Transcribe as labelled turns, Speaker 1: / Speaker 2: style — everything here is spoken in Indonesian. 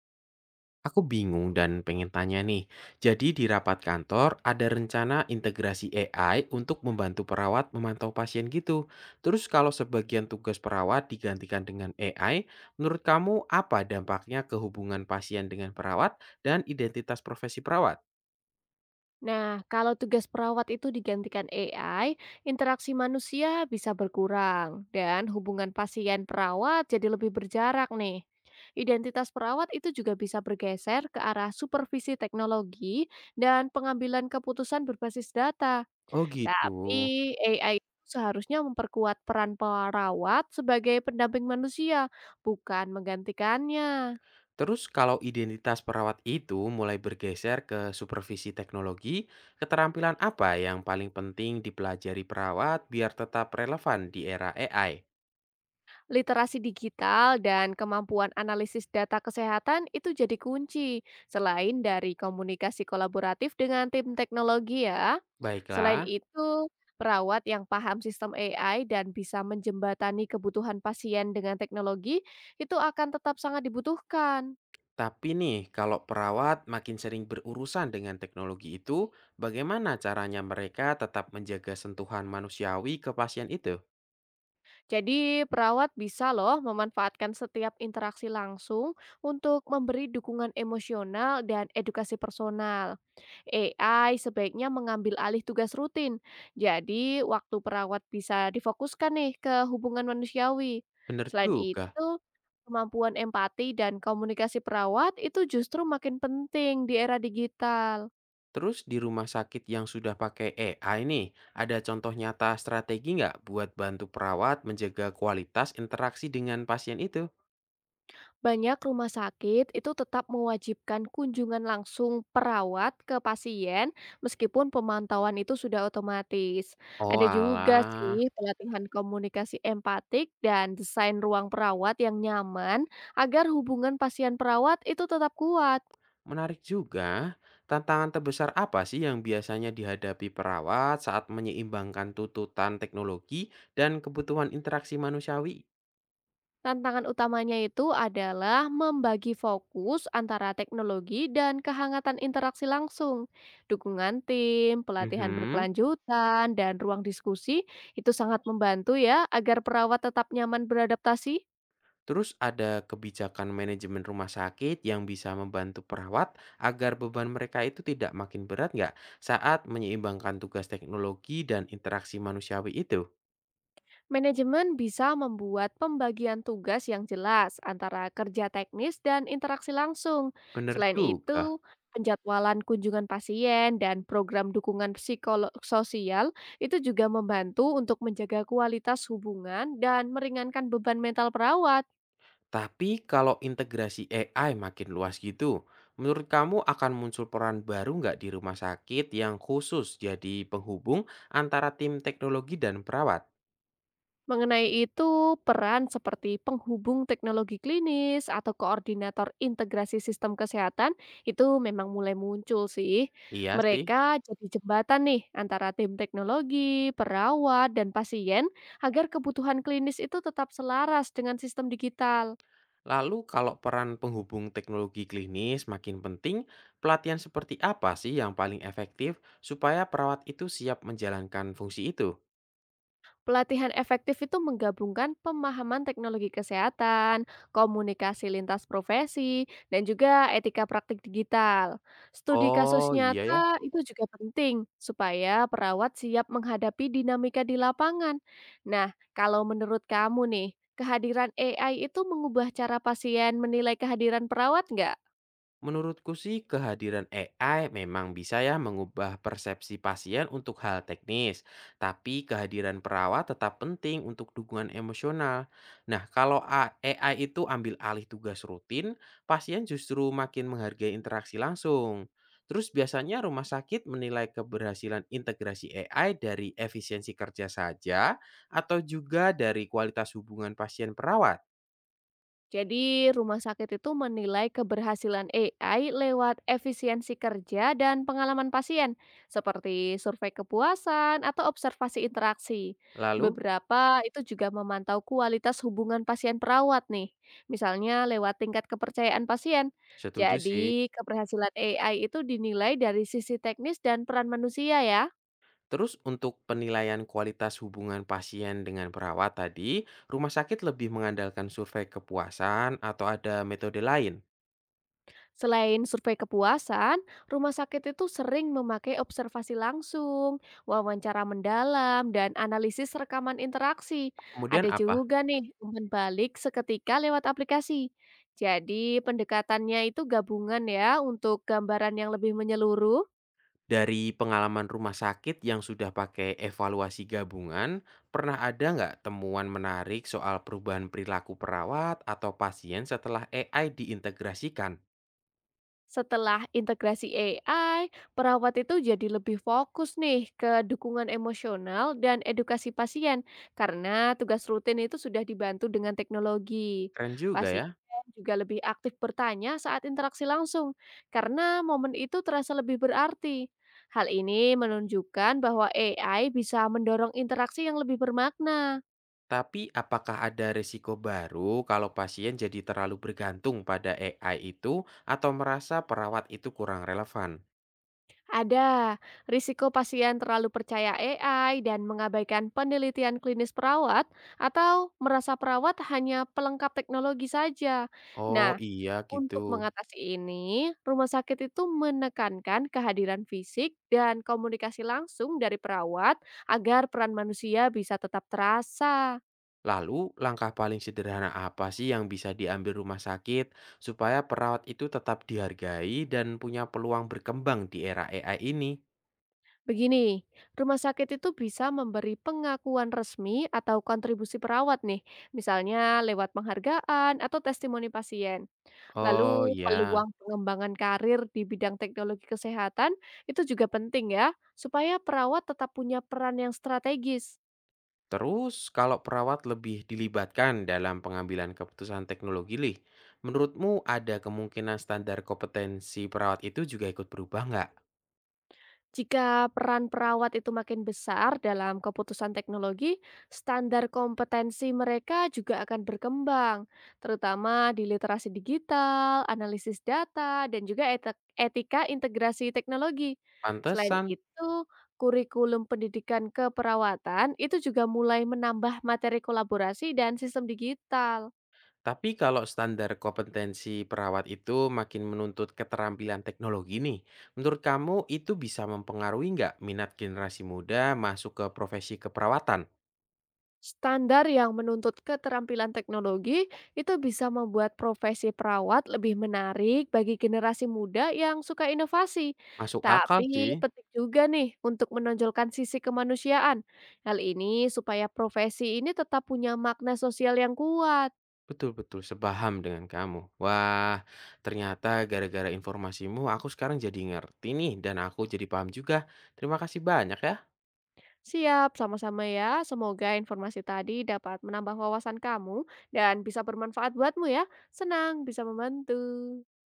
Speaker 1: Aku bingung dan pengen tanya nih. Jadi di rapat kantor ada rencana integrasi AI untuk membantu perawat memantau pasien gitu. Terus kalau sebagian tugas perawat digantikan dengan AI, menurut kamu apa dampaknya ke hubungan pasien dengan perawat dan identitas profesi perawat?
Speaker 2: Nah, kalau tugas perawat itu digantikan AI, interaksi manusia bisa berkurang dan hubungan pasien perawat jadi lebih berjarak nih. Identitas perawat itu juga bisa bergeser ke arah supervisi teknologi dan pengambilan keputusan berbasis data.
Speaker 1: Oh gitu.
Speaker 2: Tapi AI itu seharusnya memperkuat peran perawat sebagai pendamping manusia, bukan menggantikannya.
Speaker 1: Terus kalau identitas perawat itu mulai bergeser ke supervisi teknologi, keterampilan apa yang paling penting dipelajari perawat biar tetap relevan di era AI?
Speaker 2: Literasi digital dan kemampuan analisis data kesehatan itu jadi kunci, selain dari komunikasi kolaboratif dengan tim teknologi ya. Selain
Speaker 1: Baiklah,
Speaker 2: itu, perawat yang paham sistem AI dan bisa menjembatani kebutuhan pasien dengan teknologi itu akan tetap sangat dibutuhkan.
Speaker 1: tapi nih kalau perawat makin sering berurusan dengan teknologi itu, bagaimana caranya mereka tetap menjaga sentuhan manusiawi ke pasien itu?
Speaker 2: Jadi, perawat bisa loh memanfaatkan setiap interaksi langsung untuk memberi dukungan emosional dan edukasi personal. AI sebaiknya mengambil alih tugas rutin. Jadi, waktu perawat bisa difokuskan nih ke hubungan manusiawi.
Speaker 1: Bener
Speaker 2: Selain
Speaker 1: juga.
Speaker 2: itu, kemampuan empati dan komunikasi perawat itu justru makin penting di era digital.
Speaker 1: Terus di rumah sakit yang sudah pakai AI nih, ada contoh nyata strategi nggak buat bantu perawat menjaga kualitas interaksi dengan pasien itu?
Speaker 2: Banyak rumah sakit itu tetap mewajibkan kunjungan langsung perawat ke pasien meskipun pemantauan itu sudah otomatis.
Speaker 1: Oh
Speaker 2: Ada juga
Speaker 1: alah.
Speaker 2: sih pelatihan komunikasi empatik dan desain ruang perawat yang nyaman agar hubungan pasien perawat itu tetap kuat.
Speaker 1: Menarik juga, tantangan terbesar apa sih yang biasanya dihadapi perawat saat menyeimbangkan tuntutan teknologi dan kebutuhan interaksi manusiawi?
Speaker 2: Tantangan utamanya itu adalah membagi fokus antara teknologi dan kehangatan interaksi langsung. Dukungan tim, pelatihan
Speaker 1: Mhm.
Speaker 2: berkelanjutan, dan ruang diskusi itu sangat membantu ya agar perawat tetap nyaman beradaptasi.
Speaker 1: Terus ada kebijakan manajemen rumah sakit yang bisa membantu perawat agar beban mereka itu tidak makin berat nggak saat menyeimbangkan tugas teknologi dan interaksi manusiawi itu?
Speaker 2: Manajemen bisa membuat pembagian tugas yang jelas antara kerja teknis dan interaksi langsung.
Speaker 1: Bener
Speaker 2: Selain
Speaker 1: juga.
Speaker 2: itu, penjadwalan kunjungan pasien dan program dukungan psikolog sosial itu juga membantu untuk menjaga kualitas hubungan dan meringankan beban mental perawat.
Speaker 1: Tapi kalau integrasi AI makin luas gitu, menurut kamu akan muncul peran baru nggak di rumah sakit yang khusus jadi penghubung antara tim teknologi dan perawat?
Speaker 2: Mengenai itu, peran seperti penghubung teknologi klinis atau koordinator integrasi sistem kesehatan itu memang mulai muncul sih.
Speaker 1: Iya sih.
Speaker 2: Mereka jadi jembatan nih antara tim teknologi, perawat, dan pasien agar kebutuhan klinis itu tetap selaras dengan sistem digital.
Speaker 1: Lalu kalau peran penghubung teknologi klinis makin penting, pelatihan seperti apa sih yang paling efektif supaya perawat itu siap menjalankan fungsi itu?
Speaker 2: Pelatihan efektif itu menggabungkan pemahaman teknologi kesehatan, komunikasi lintas profesi, dan juga etika praktik digital. Studi kasus
Speaker 1: Oh iya ya.
Speaker 2: nyata itu juga penting supaya perawat siap menghadapi dinamika di lapangan. Nah, kalau menurut kamu nih, kehadiran AI itu mengubah cara pasien menilai kehadiran perawat nggak?
Speaker 1: Menurutku sih kehadiran AI memang bisa ya mengubah persepsi pasien untuk hal teknis, tapi kehadiran perawat tetap penting untuk dukungan emosional. Nah, kalau AI itu ambil alih tugas rutin, pasien justru makin menghargai interaksi langsung. Terus biasanya rumah sakit menilai keberhasilan integrasi AI dari efisiensi kerja saja atau juga dari kualitas hubungan pasien perawat.
Speaker 2: Jadi, rumah sakit itu menilai keberhasilan AI lewat efisiensi kerja dan pengalaman pasien, seperti survei kepuasan atau observasi interaksi.
Speaker 1: Lalu,
Speaker 2: Beberapa itu juga memantau kualitas hubungan pasien perawat nih, misalnya lewat tingkat kepercayaan pasien.
Speaker 1: setuju sih.
Speaker 2: Jadi, keberhasilan AI itu dinilai dari sisi teknis dan peran manusia ya.
Speaker 1: Terus untuk penilaian kualitas hubungan pasien dengan perawat tadi, rumah sakit lebih mengandalkan survei kepuasan atau ada metode lain?
Speaker 2: Selain survei kepuasan, rumah sakit itu sering memakai observasi langsung, wawancara mendalam, dan analisis rekaman interaksi.
Speaker 1: Kemudian
Speaker 2: Ada
Speaker 1: apa?
Speaker 2: juga nih umpan balik seketika lewat aplikasi. Jadi pendekatannya itu gabungan ya untuk gambaran yang lebih menyeluruh.
Speaker 1: Dari pengalaman rumah sakit yang sudah pakai evaluasi gabungan, pernah ada nggak temuan menarik soal perubahan perilaku perawat atau pasien setelah AI diintegrasikan?
Speaker 2: Setelah integrasi AI, perawat itu jadi lebih fokus nih ke dukungan emosional dan edukasi pasien karena tugas rutin itu sudah dibantu dengan teknologi.
Speaker 1: Keren juga
Speaker 2: Pasien
Speaker 1: ya.
Speaker 2: juga lebih aktif bertanya saat interaksi langsung karena momen itu terasa lebih berarti. Hal ini menunjukkan bahwa AI bisa mendorong interaksi yang lebih bermakna.
Speaker 1: Tapi apakah ada risiko baru kalau pasien jadi terlalu bergantung pada AI itu atau merasa perawat itu kurang relevan?
Speaker 2: Ada risiko pasien terlalu percaya AI dan mengabaikan penelitian klinis perawat atau merasa perawat hanya pelengkap teknologi saja.
Speaker 1: Oh
Speaker 2: Nah,
Speaker 1: iya gitu.
Speaker 2: untuk mengatasi ini, rumah sakit itu menekankan kehadiran fisik dan komunikasi langsung dari perawat agar peran manusia bisa tetap terasa.
Speaker 1: Lalu langkah paling sederhana apa sih yang bisa diambil rumah sakit supaya perawat itu tetap dihargai dan punya peluang berkembang di era AI ini?
Speaker 2: Begini, rumah sakit itu bisa memberi pengakuan resmi atau kontribusi perawat nih, misalnya lewat penghargaan atau testimoni pasien.
Speaker 1: Oh
Speaker 2: Lalu
Speaker 1: ya.
Speaker 2: peluang pengembangan karir di bidang teknologi kesehatan itu juga penting ya, supaya perawat tetap punya peran yang strategis.
Speaker 1: Terus, kalau perawat lebih dilibatkan dalam pengambilan keputusan teknologi, Li, menurutmu ada kemungkinan standar kompetensi perawat itu juga ikut berubah nggak?
Speaker 2: Jika peran perawat itu makin besar dalam keputusan teknologi, standar kompetensi mereka juga akan berkembang, terutama di literasi digital, analisis data, dan juga etika integrasi teknologi. Selain
Speaker 1: Pantesan.
Speaker 2: itu, kurikulum pendidikan keperawatan itu juga mulai menambah materi kolaborasi dan sistem digital.
Speaker 1: Tapi kalau standar kompetensi perawat itu makin menuntut keterampilan teknologi nih, menurut kamu itu bisa mempengaruhi nggak minat generasi muda masuk ke profesi keperawatan?
Speaker 2: Standar yang menuntut keterampilan teknologi itu bisa membuat profesi perawat lebih menarik bagi generasi muda yang suka inovasi.
Speaker 1: Masuk akal sih.
Speaker 2: Tapi penting juga nih untuk menonjolkan sisi kemanusiaan. Hal ini supaya profesi ini tetap punya makna sosial yang kuat.
Speaker 1: Betul betul, sepaham dengan kamu. Wah, ternyata gara-gara informasimu aku sekarang jadi ngerti nih dan aku jadi paham juga. Terima kasih banyak ya.
Speaker 2: Siap, sama-sama ya. Semoga informasi tadi dapat menambah wawasan kamu dan bisa bermanfaat buatmu ya. Senang bisa membantu.